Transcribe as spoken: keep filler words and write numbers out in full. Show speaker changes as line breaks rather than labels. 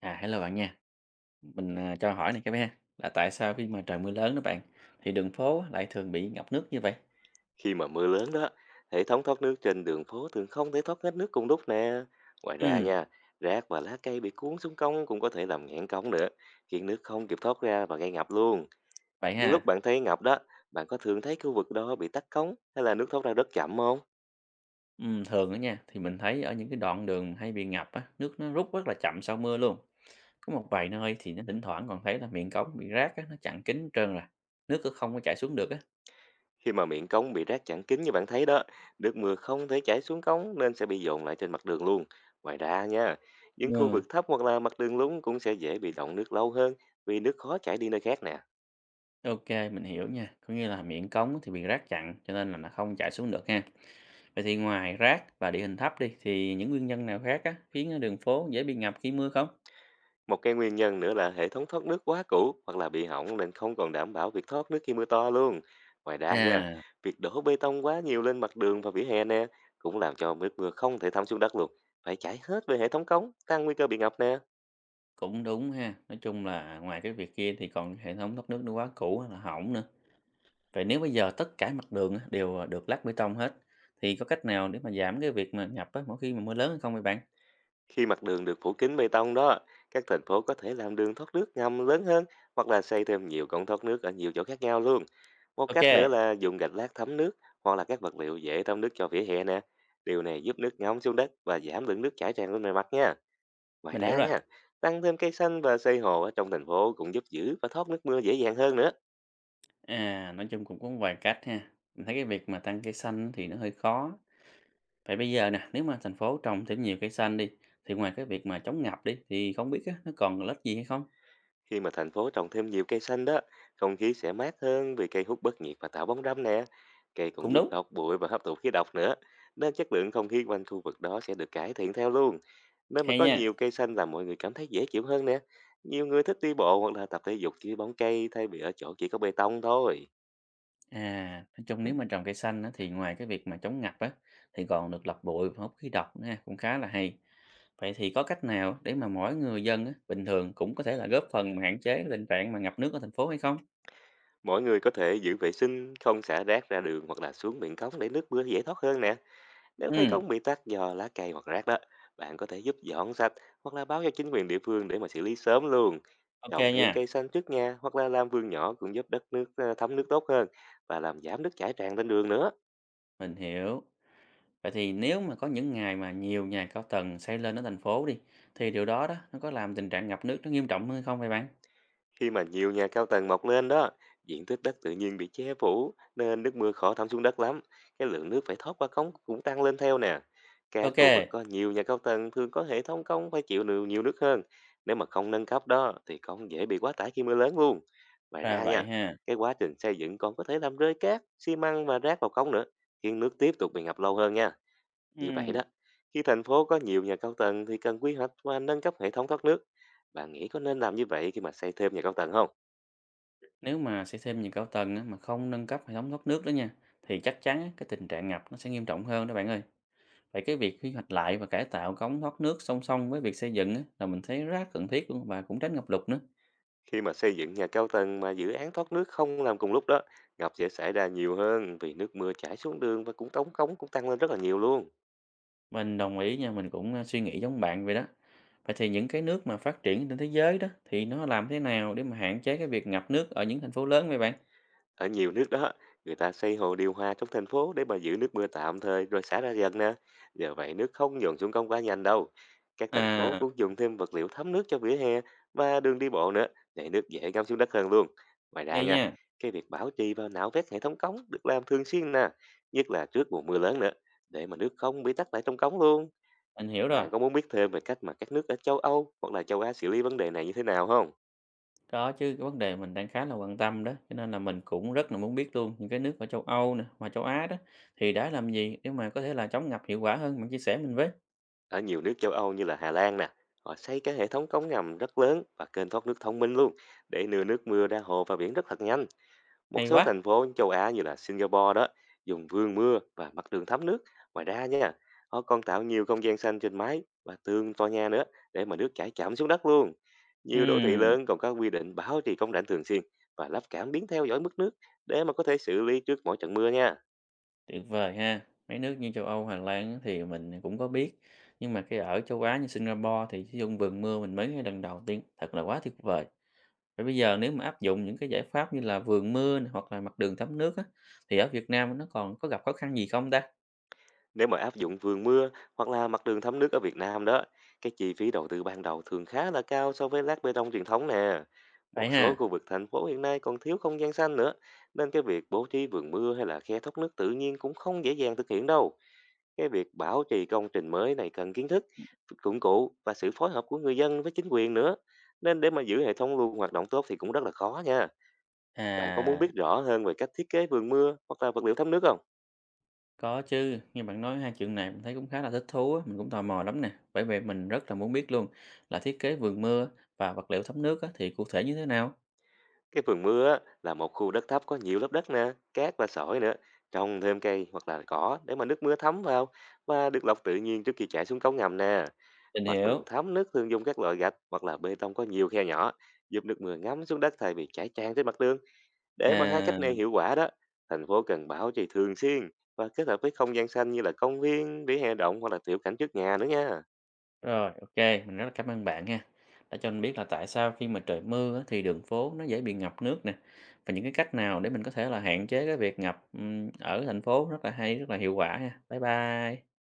À, hello bạn nha. Mình, à, cho hỏi này cái ha, là tại sao khi mà trời mưa lớn đó bạn, thì đường phố lại thường bị ngập nước như vậy?
Khi mà mưa lớn đó, hệ thống thoát nước trên đường phố thường không thể thoát hết nước cùng lúc nè. Ngoài ra
Ừm,
nha, rác và lá cây bị cuốn xuống cống cũng có thể làm nghẽn cống nữa, khiến nước không kịp thoát ra và gây ngập luôn.
vậy
Nhưng
ha.
lúc bạn thấy ngập đó, bạn có thường thấy khu vực đó bị tắc cống hay là nước thoát ra rất chậm không?
Ừm, thường đó nha, thì mình thấy ở những cái đoạn đường hay bị ngập á, nước nó rút rất là chậm sau mưa luôn. Có một vài nơi thì nó thỉnh thoảng còn thấy là miệng cống bị rác á, nó chặn kín hết trơn rồi. Nước cứ không có chảy xuống được á.
Khi mà miệng cống bị rác chặn kín như bạn thấy đó, nước mưa không thể chảy xuống cống nên sẽ bị dồn lại trên mặt đường luôn. Ngoài ra nha, những khu
Ừ,
vực thấp hoặc là mặt đường lúng cũng sẽ dễ bị động nước lâu hơn vì nước khó chảy đi nơi khác nè.
ok, mình hiểu nha. Có nghĩa là miệng cống thì bị rác chặn cho nên là nó không chảy xuống được ha. Vậy thì ngoài rác và địa hình thấp đi, thì những nguyên nhân nào khác á, khiến đường phố dễ bị ngập khi mưa không?
Một cái nguyên nhân nữa là hệ thống thoát nước quá cũ hoặc là bị hỏng nên không còn đảm bảo việc thoát nước khi mưa to luôn. Ngoài ra nha,
À,
việc đổ bê tông quá nhiều lên mặt đường và vỉa hè nè cũng làm cho nước mưa không thể thấm xuống đất luôn. Phải chảy hết về hệ thống cống, tăng nguy cơ bị ngập nè.
cũng đúng ha. Nói chung là ngoài cái việc kia thì còn hệ thống thoát nước nó quá cũ là hỏng nữa. Vậy nếu bây giờ tất cả mặt đường á, đều à, được lát bê tông hết thì có cách nào để mà giảm cái việc mà ngập á, mỗi khi mà mưa lớn hay không vậy bạn?
Khi mặt đường được phủ kín bê tông đó, các thành phố có thể làm đường thoát nước ngầm lớn hơn hoặc là xây thêm nhiều cống thoát nước ở nhiều chỗ khác nhau luôn. Một
Ok,
cách nữa là dùng gạch lát thấm nước hoặc là các vật liệu dễ thấm nước cho vỉa hè nè. Điều này giúp nước ngấm xuống đất và giảm lượng nước chảy tràn lên bề mặt nha. Ngoài
mình hiểu
ra
rồi.
nha, tăng thêm cây xanh và xây hồ ở trong thành phố cũng giúp giữ và thoát nước mưa dễ dàng hơn nữa.
À, nói chung cũng có một vài cách ha. Mình thấy cái việc mà tăng cây xanh thì nó hơi khó. Vậy bây giờ nè, nếu mà thành phố trồng thêm nhiều cây xanh đi thì ngoài cái việc mà chống ngập đi thì không biết á, nó còn lợi ích gì hay không?
Khi mà thành phố trồng thêm nhiều cây xanh đó, không khí sẽ mát hơn vì cây hút bớt nhiệt và tạo bóng râm nè. Cây
Cũng
cũng giúp
đúng.
lọc bụi và hấp thụ khí độc nữa, nên chất lượng không khí quanh khu vực đó sẽ được cải thiện theo luôn. Nên mà
Hay
có
nha.
nhiều cây xanh làm mọi người cảm thấy dễ chịu hơn nè. Nhiều người thích đi bộ hoặc là tập thể dục dưới bóng cây thay vì ở chỗ chỉ có bê tông thôi.
À, nói chung nếu mà trồng cây xanh á, thì ngoài cái việc mà chống ngập á, thì còn được lọc bụi và hút khí độc nữa ha, cũng khá là hay. Vậy thì có cách nào để mà mỗi người dân á, bình thường cũng có thể là góp phần mà hạn chế cái tình trạng mà ngập nước ở thành phố hay không?
Mọi người có thể giữ vệ sinh, không xả rác ra đường hoặc là xuống miệng cống để nước mưa dễ thoát hơn nè. Nếu thấy
Ừ,
có bị tắc do lá cây hoặc rác đó, bạn có thể giúp dọn sạch hoặc là báo cho chính quyền địa phương để mà xử lý sớm luôn.
ok
Trồng
nha,
thêm cây xanh trước nhà hoặc là làm vườn nhỏ cũng giúp đất nước ờ, thấm nước tốt hơn và làm giảm nước chảy tràn lên đường nữa.
mình hiểu. Vậy thì nếu mà có những ngày mà nhiều nhà cao tầng xây lên ở thành phố đi, thì điều đó đó, nó có làm tình trạng ngập nước nó nghiêm trọng hơn không vậy bạn?
Khi mà nhiều nhà cao tầng mọc lên đó, diện tích đất tự nhiên bị che phủ nên nước mưa khó thấm xuống đất lắm. Cái lượng nước phải thoát qua cống cũng tăng lên theo nè. Các
Ok,
khu vực có nhiều nhà cao tầng thường có hệ thống cống phải chịu nhiều, nhiều nước hơn. Nếu mà không nâng cấp đó thì cống dễ bị quá tải khi mưa lớn luôn. Ngoài
ra
ra
vậy
nha,
ha.
cái quá trình xây dựng còn có thể làm rơi cát, xi măng và rác vào cống nữa, khiến nước tiếp tục bị ngập lâu hơn nha. Như vậy
Ừ.
đó, khi thành phố có nhiều nhà cao tầng thì cần quy hoạch và nâng cấp hệ thống thoát nước. Bạn nghĩ có nên làm như vậy khi mà xây thêm nhà cao tầng không?
Nếu mà xây thêm nhiều cao tầng á, mà không nâng cấp hệ thống thoát nước đó nha, thì chắc chắn á, cái tình trạng ngập nó sẽ nghiêm trọng hơn đó bạn ơi. Vậy cái việc quy hoạch lại và cải tạo cống thoát nước song song với việc xây dựng á, là mình thấy rất cần thiết luôn và cũng tránh ngập lụt nữa.
Khi mà xây dựng nhà cao tầng mà dự án thoát nước không làm cùng lúc đó, ngập sẽ xảy ra nhiều hơn vì nước mưa chảy xuống đường và cũng tống cống cũng tăng lên rất là nhiều luôn.
Mình đồng ý nha, mình cũng à, suy nghĩ giống bạn vậy đó. Vậy thì những cái nước mà phát triển trên thế giới đó thì nó làm thế nào để mà hạn chế cái việc ngập nước ở những thành phố lớn vậy bạn?
Ở nhiều nước đó, người ta xây hồ điều hòa trong thành phố để mà giữ nước mưa tạm thời rồi xả ra dần nè. Nhờ vậy nước không dồn xuống cống quá nhanh đâu. Các thành phố
À,
cũng dùng thêm vật liệu thấm nước cho vỉa hè và đường đi bộ nữa để nước dễ ngâm xuống đất hơn luôn. Ngoài ra
hay
nha,
nha,
cái việc bảo trì và nạo vét hệ thống cống được làm thường xuyên nè, nhất là trước mùa mưa lớn nữa, để mà nước không bị tắc lại trong cống luôn.
mình hiểu rồi.
Bạn có muốn biết thêm về cách mà các nước ở châu Âu hoặc là châu Á xử lý vấn đề này như thế nào không?
Có chứ, cái vấn đề mình đang khá là quan tâm đó, cho nên là mình cũng rất là muốn biết luôn những cái nước ở châu Âu nè, hoặc châu Á đó, thì đã làm gì để mà có thể là chống ngập hiệu quả hơn, bạn chia sẻ mình với.
Ở nhiều nước châu Âu như là Hà Lan nè, họ xây cái hệ thống cống ngầm rất lớn và kênh thoát nước thông minh luôn để đưa nước mưa ra hồ và biển rất là nhanh. Một
Hay
số
quá!
thành phố châu Á như là Singapore đó dùng vương mưa và mặt đường thấm nước. Ngoài ra nha, họ còn tạo nhiều không gian xanh trên mái và tường tòa nhà nữa để mà nước chảy chậm xuống đất luôn. Nhiều đô thị
Ừm,
lớn còn có quy định bảo trì công rãnh thường xuyên và lắp cảm biến theo dõi mức nước để mà có thể xử lý trước mỗi trận mưa nha.
tuyệt vời ha. Mấy nước như châu Âu, Hà Lan á thì mình cũng có biết, nhưng mà cái ở châu Á như Singapore thì sử dụng vườn mưa mình mới nghe lần đầu tiên, thật là quá tuyệt vời. Vậy bây giờ nếu mà áp dụng những cái giải pháp như là vườn mưa nè, hoặc là mặt đường thấm nước á, thì ở Việt Nam nó còn có gặp khó khăn gì không ta?
Nếu mà áp dụng vườn mưa hoặc là mặt đường thấm nước ở Việt Nam đó, cái chi phí đầu tư ban đầu thường khá là cao so với lát bê tông truyền thống nè.
Vậy
Một số khu
ha?
vực thành phố hiện nay còn thiếu không gian xanh nữa, nên cái việc bố trí vườn mưa hay là khe thoát nước tự nhiên cũng không dễ dàng thực hiện đâu. Cái việc bảo trì công trình mới này cần kiến thức, dụng cụ và sự phối hợp của người dân với chính quyền nữa. Nên để mà giữ hệ thống luôn hoạt động tốt thì cũng rất là khó nha. Bạn có muốn
À.
biết rõ hơn về cách thiết kế vườn mưa hoặc là vật liệu thấm nước không?
Có chứ, như bạn nói hai chuyện này mình thấy cũng khá là thích thú á, mình cũng tò mò lắm nè. Bởi vậy mình rất là muốn biết luôn là thiết kế vườn mưa và vật liệu thấm nước á, thì cụ thể như thế nào?
Cái vườn mưa á, là một khu đất thấp có nhiều lớp đất nè, cát và sỏi nữa, trồng thêm cây hoặc là cỏ để mà nước mưa thấm vào và được lọc tự nhiên trước khi chảy xuống cống ngầm nè.
Mình
Mặt đường
hiểu.
thấm nước thường dùng các loại gạch hoặc là bê tông có nhiều khe nhỏ, giúp nước mưa ngấm xuống đất thay vì chảy tràn trên mặt đường. Để mà hai
À,
cách này hiệu quả đó, thành phố cần bảo trì thường xuyên và kết hợp với không gian xanh như là công viên, vỉa hè rộng hoặc là tiểu cảnh trước nhà nữa nha.
rồi, ok, mình rất là cảm ơn bạn ha. Đã cho mình biết là tại sao khi mà trời mưa á, thì đường phố nó dễ bị ngập nước nè. Và những cái cách nào để mình có thể là hạn chế cái việc ngập ừm, ở thành phố rất là hay, rất là hiệu quả ha. Bye bye.